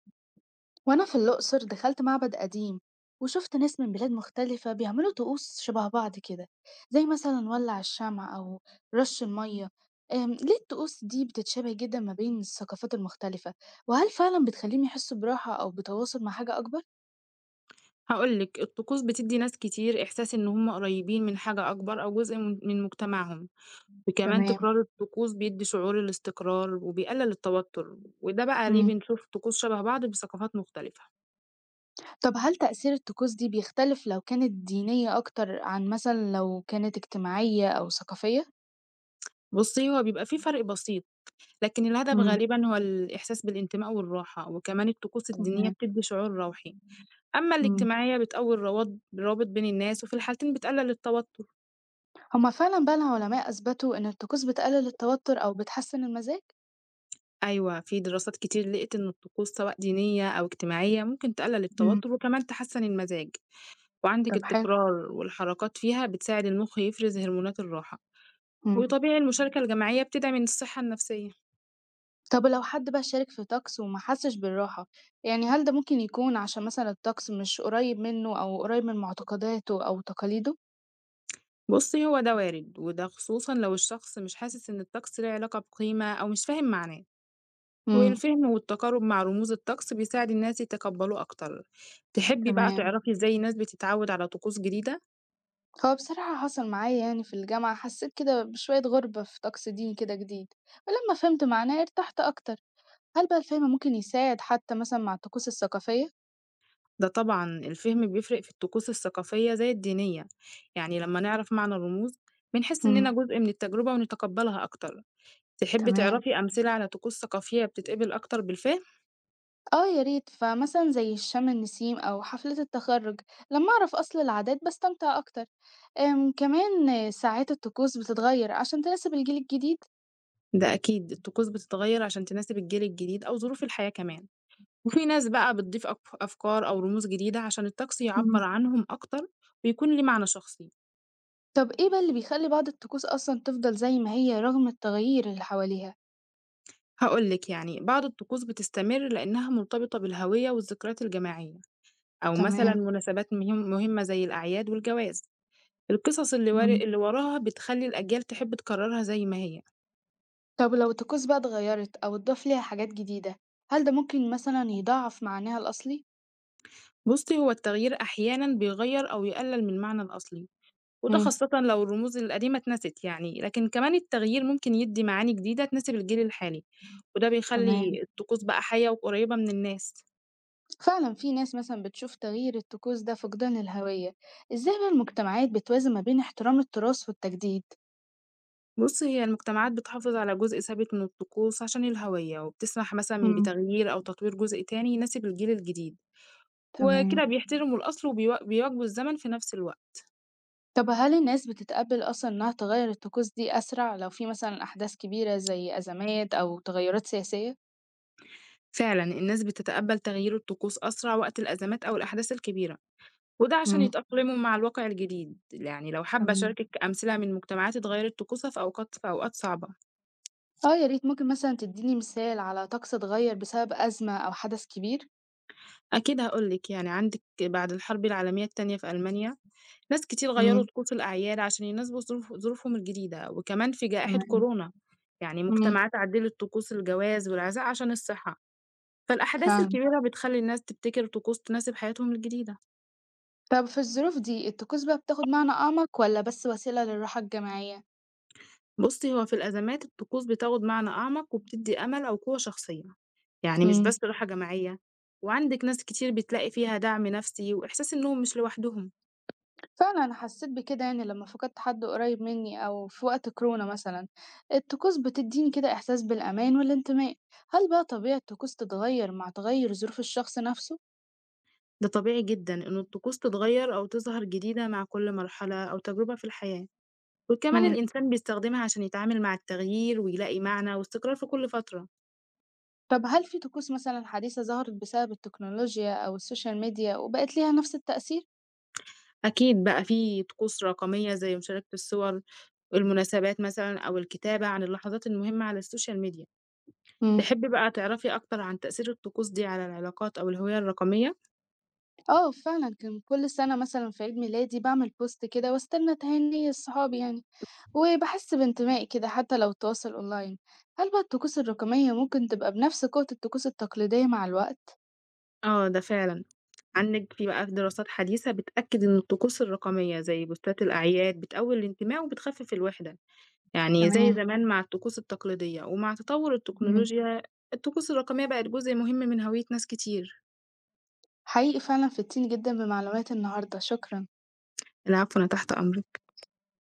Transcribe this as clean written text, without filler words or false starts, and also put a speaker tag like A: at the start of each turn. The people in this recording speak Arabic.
A: وأنا في الأقصر دخلت معبد قديم، وشفت ناس من بلاد مختلفة بيعملوا طقوس شبه بعض كده، زي مثلا ولع الشمع أو رش المية. ليه الطقوس دي بتتشابه جدا ما بين الثقافات المختلفة؟ وهل فعلا بتخليهم يحسوا براحة أو بتواصل مع حاجة أكبر؟
B: هاقول لِك، الطقوس بتدّي ناس كتير إحساس إن هم قريبين من حاجة أكبر أو جزء من مجتمعهم، وكمان
A: تمام.
B: تكرار الطقوس بيدّي شعور الاستقرار وبيقلل التوتر، وده بقى ليه
A: مم.
B: بنشوف طقوس شبه بعض بثقافات مختلفة.
A: طب هل تأثير الطقوس دي بيختلف لو كانت دينية أكتر عن مثلا لو كانت اجتماعية أو ثقافية؟
B: بُصّي، هو بيبقى في فرق بسيط، لكن الهدف
A: مم.
B: غالبًا هو الإحساس بالانتماء والراحة، وكمان الطقوس الدينية
A: تمام.
B: بتدّي شعور روحي، أمّا
A: مم.
B: الاجتماعية بتقوي الروابط بين الناس وفي الحالتين بتقلل التوتر.
A: هما فعلا بقى العلماء أثبتوا إن الطقوس بتقلل التوتر أو بتحسن المزاج؟
B: أيوه، في دراسات كتير لقِت إن الطقوس سواء دينية أو اجتماعية ممكن تقلل
A: إمم.
B: التوتر وكمان تحسّن المزاج، وعندِك
A: طب حلو.
B: التكرار والحركات فيها بتساعد المخ يفرز هرمونات الراحة،
A: إمم.
B: وطبيعي المشاركة الجماعية بتدعم الصحة النفسية.
A: طب ولو حد بقى شارك في طقس وما حسّش بالراحة، يعني هل ده ممكن يكون عشان مثلًا الطقس مش قريب منه أو قريب من معتقداته أو تقاليده؟
B: بُصّي، هو ده وارد، وده خصوصًا لو الشخص مش حاسس إن الطقس ليه علاقة بقيمة أو مش فاهم معناه،
A: إمم.
B: والفهم والتقارب مع رموز الطقس بيساعد الناس يتقبّلوه أكتر. تحبّي بقى
A: تمام.
B: تعرفي إزاي الناس بتتعوّد على طقوس جديدة؟
A: هو بصراحة حصل معايا، يعني في الجامعة حسّيت كده بشوية غُربة في طقس ديني كده جديد، ولمّا فهمت معناه ارتحت أكتر. هل بقى الفهم ممكن يساعد حتى مثلًا مع الطقوس الثقافية؟
B: ده طبعًا الفهم بيفرق في الطقوس الثقافية زي الدينية، يعني لما نعرف معنى الرموز بنحس إننا
A: إمم.
B: جزء من التجربة ونتقبلها أكتر، تحبي
A: تمام.
B: تعرفي أمثلة على طقوس ثقافية بتتقبل أكتر بالفهم؟
A: اه يا ريت، فمثلا زي الشم النسيم أو حفلة التخرج، لما أعرف أصل العادات بستمتع أكتر. كمان ساعات الطقوس بتتغير عشان تناسب الجيل الجديد.
B: ده أكيد الطقوس بتتغير عشان تناسب الجيل الجديد أو ظروف الحياة كمان، وفي ناس بقى بتضيف أفكار أو رموز جديدة عشان الطقس
A: مم.
B: يعبر عنهم أكتر ويكون ليه معنى شخصي،
A: طب ايه بقى اللي بيخلي بعض الطقوس أصلا تفضل زي ما هي رغم التغيير اللي حواليها؟
B: هاقول لِك يعني بعض الطقوس بتستمر لإنها مرتبطة بالهوية والذكريات الجماعية، أو مثلًا
A: تمام.
B: مناسبات مهمة زي الأعياد والجواز. القصص
A: مم.
B: اللي وراها بتخلّي الأجيال تحب تكرّرها زي ما هي.
A: طب لو الطقوس بقى اتغيرت أو اتضاف ليها حاجات جديدة، هل ده ممكن مثلا يضاعف معناها الأصلي؟
B: بُصّي، هو التغيير أحيانًا بيغيّر أو يقلّل من المعنى الأصلي، وده
A: مم.
B: خاصةً لو الرموز القديمة اتنست يعني، لكن كمان التغيير ممكن يدّي معاني جديدة تناسب الجيل الحالي، وده
A: تمام.
B: بيخلّي الطقوس بقى حيّة وقريّبة من الناس.
A: فعلا في ناس مثلا بتشوف تغيير الطقوس ده فقدان الهوية. ازاي بقى المجتمعات بتوازن ما بين احترام التراث والتجديد؟
B: بُصّي، هي المجتمعات بتحافظ على جزء ثابت من الطقوس عشان الهوية، وبتسمح مثلًا
A: امم.
B: بتغيير أو تطوير جزء تاني يناسب الجيل الجديد،
A: تمام.
B: وكده بيحترموا الأصل بيواكبوا الزمن في نفس الوقت.
A: طب هل الناس بتتقبل أصلا إنها تغير الطقوس دي أسرع لو في مثلا أحداث كبيرة زي أزمات أو تغيرات سياسية؟
B: فعلا الناس بتتقبل تغيير الطقوس أسرع وقت الأزمات أو الأحداث الكبيرة وده عشان
A: امم.
B: يتأقلموا مع الواقع الجديد يعني لو حابة
A: تمام.
B: أشاركك أمثلة من مجتمعات اتغيرت طقوسها في أوقات صعبة.
A: اه يا ريت، ممكن مثلا تديني مثال على طقس اتغير بسبب أزمة أو حدث كبير؟
B: أكيد هقولك يعني عندك بعد الحرب العالمية التانية في ألمانيا ناس كتير غيروا
A: امم.
B: طقوس الأعياد عشان يناسبوا ظروفهم الجديدة وكمان في جائحة
A: تمام.
B: كورونا يعني
A: امم.
B: مجتمعات عدلت طقوس الجواز والعزاء عشان الصحة. فالأحداث
A: فعلا.
B: الكبيرة بتخلي الناس تبتكر طقوس تناسب حياتهم الجديدة.
A: طب في الظروف دي الطقوس بقى بتاخد معنى أعمق ولا بس وسيلة للراحة الجماعية؟
B: بُصّي، هو في الأزمات الطقوس بتاخد معنى أعمق وبتدّي أمل أو قوة شخصية، يعني مش
A: امم.
B: بس راحة جماعية، وعندِك ناس كتير بتلاقي فيها دعم نفسي وإحساس إنهم مش لوحدهم،
A: فعلًا أنا حسّيت بكده، يعني لمّا فقدت حد قريّب منّي أو في وقت كورونا مثلًا، الطقوس بتدّيني كده إحساس بالأمان والانتماء. هل بقى طبيعة الطقوس تتغيّر مع تغيّر ظروف الشخص نَفْسه؟
B: ده طبيعي جدًا إن الطقوس تتغيّر أو تظهر جديدة مع كل مرحلة أو تجربة في الحياة، وكمان
A: إمم.
B: الإنسان بيستخدمها عشان يتعامل مع التغيير ويلاقي معنى واستقرار في كل فترة.
A: طَب هل في طقوس مثلًا حديثة ظهرت بسبب التكنولوجيا أو السوشيال ميديا وبقت ليها نَفْس التأثير؟
B: أكيد بقى في طقوس رقمية زي مشاركة الصور، المناسبات مثلًا أو الكتابة عن اللحظات المهمة على السوشيال ميديا.
A: إمم.
B: تحبي بقى تعرفي أكتر عن تأثير الطقوس دي على العلاقات أو الهوية الرقمية؟
A: آه فعلًا، كان كل سَنة مثلًا في عيد ميلادي باعمل post كده واستنى تهاني صحابي يعني. وباحس بانتمائي كده حتى لو التواصل أونلاين. هل بقى الطقوس الرقمية ممكن تبقى بنفس قوة الطقوس التقليدية مع الوقت؟
B: آه، ده فعلًا، عندِك في بقى دراسات حديثة بتأكد إن الطقوس الرقمية زي بوستات الأعياد بتقوي الانتماء وبتخفف الوحدة، يعني زي
A: تمام.
B: زمان مع الطقوس التقليدية، ومع تطور
A: إمم.
B: التكنولوجيا الطقوس الرقمية بقت جزء مهم من هوية ناس كتير.
A: حقيقي فعلًا فدتيني جدًا بمعلومات النهاردة، شكرًا.
B: العفو، أنا تحت أمرِك.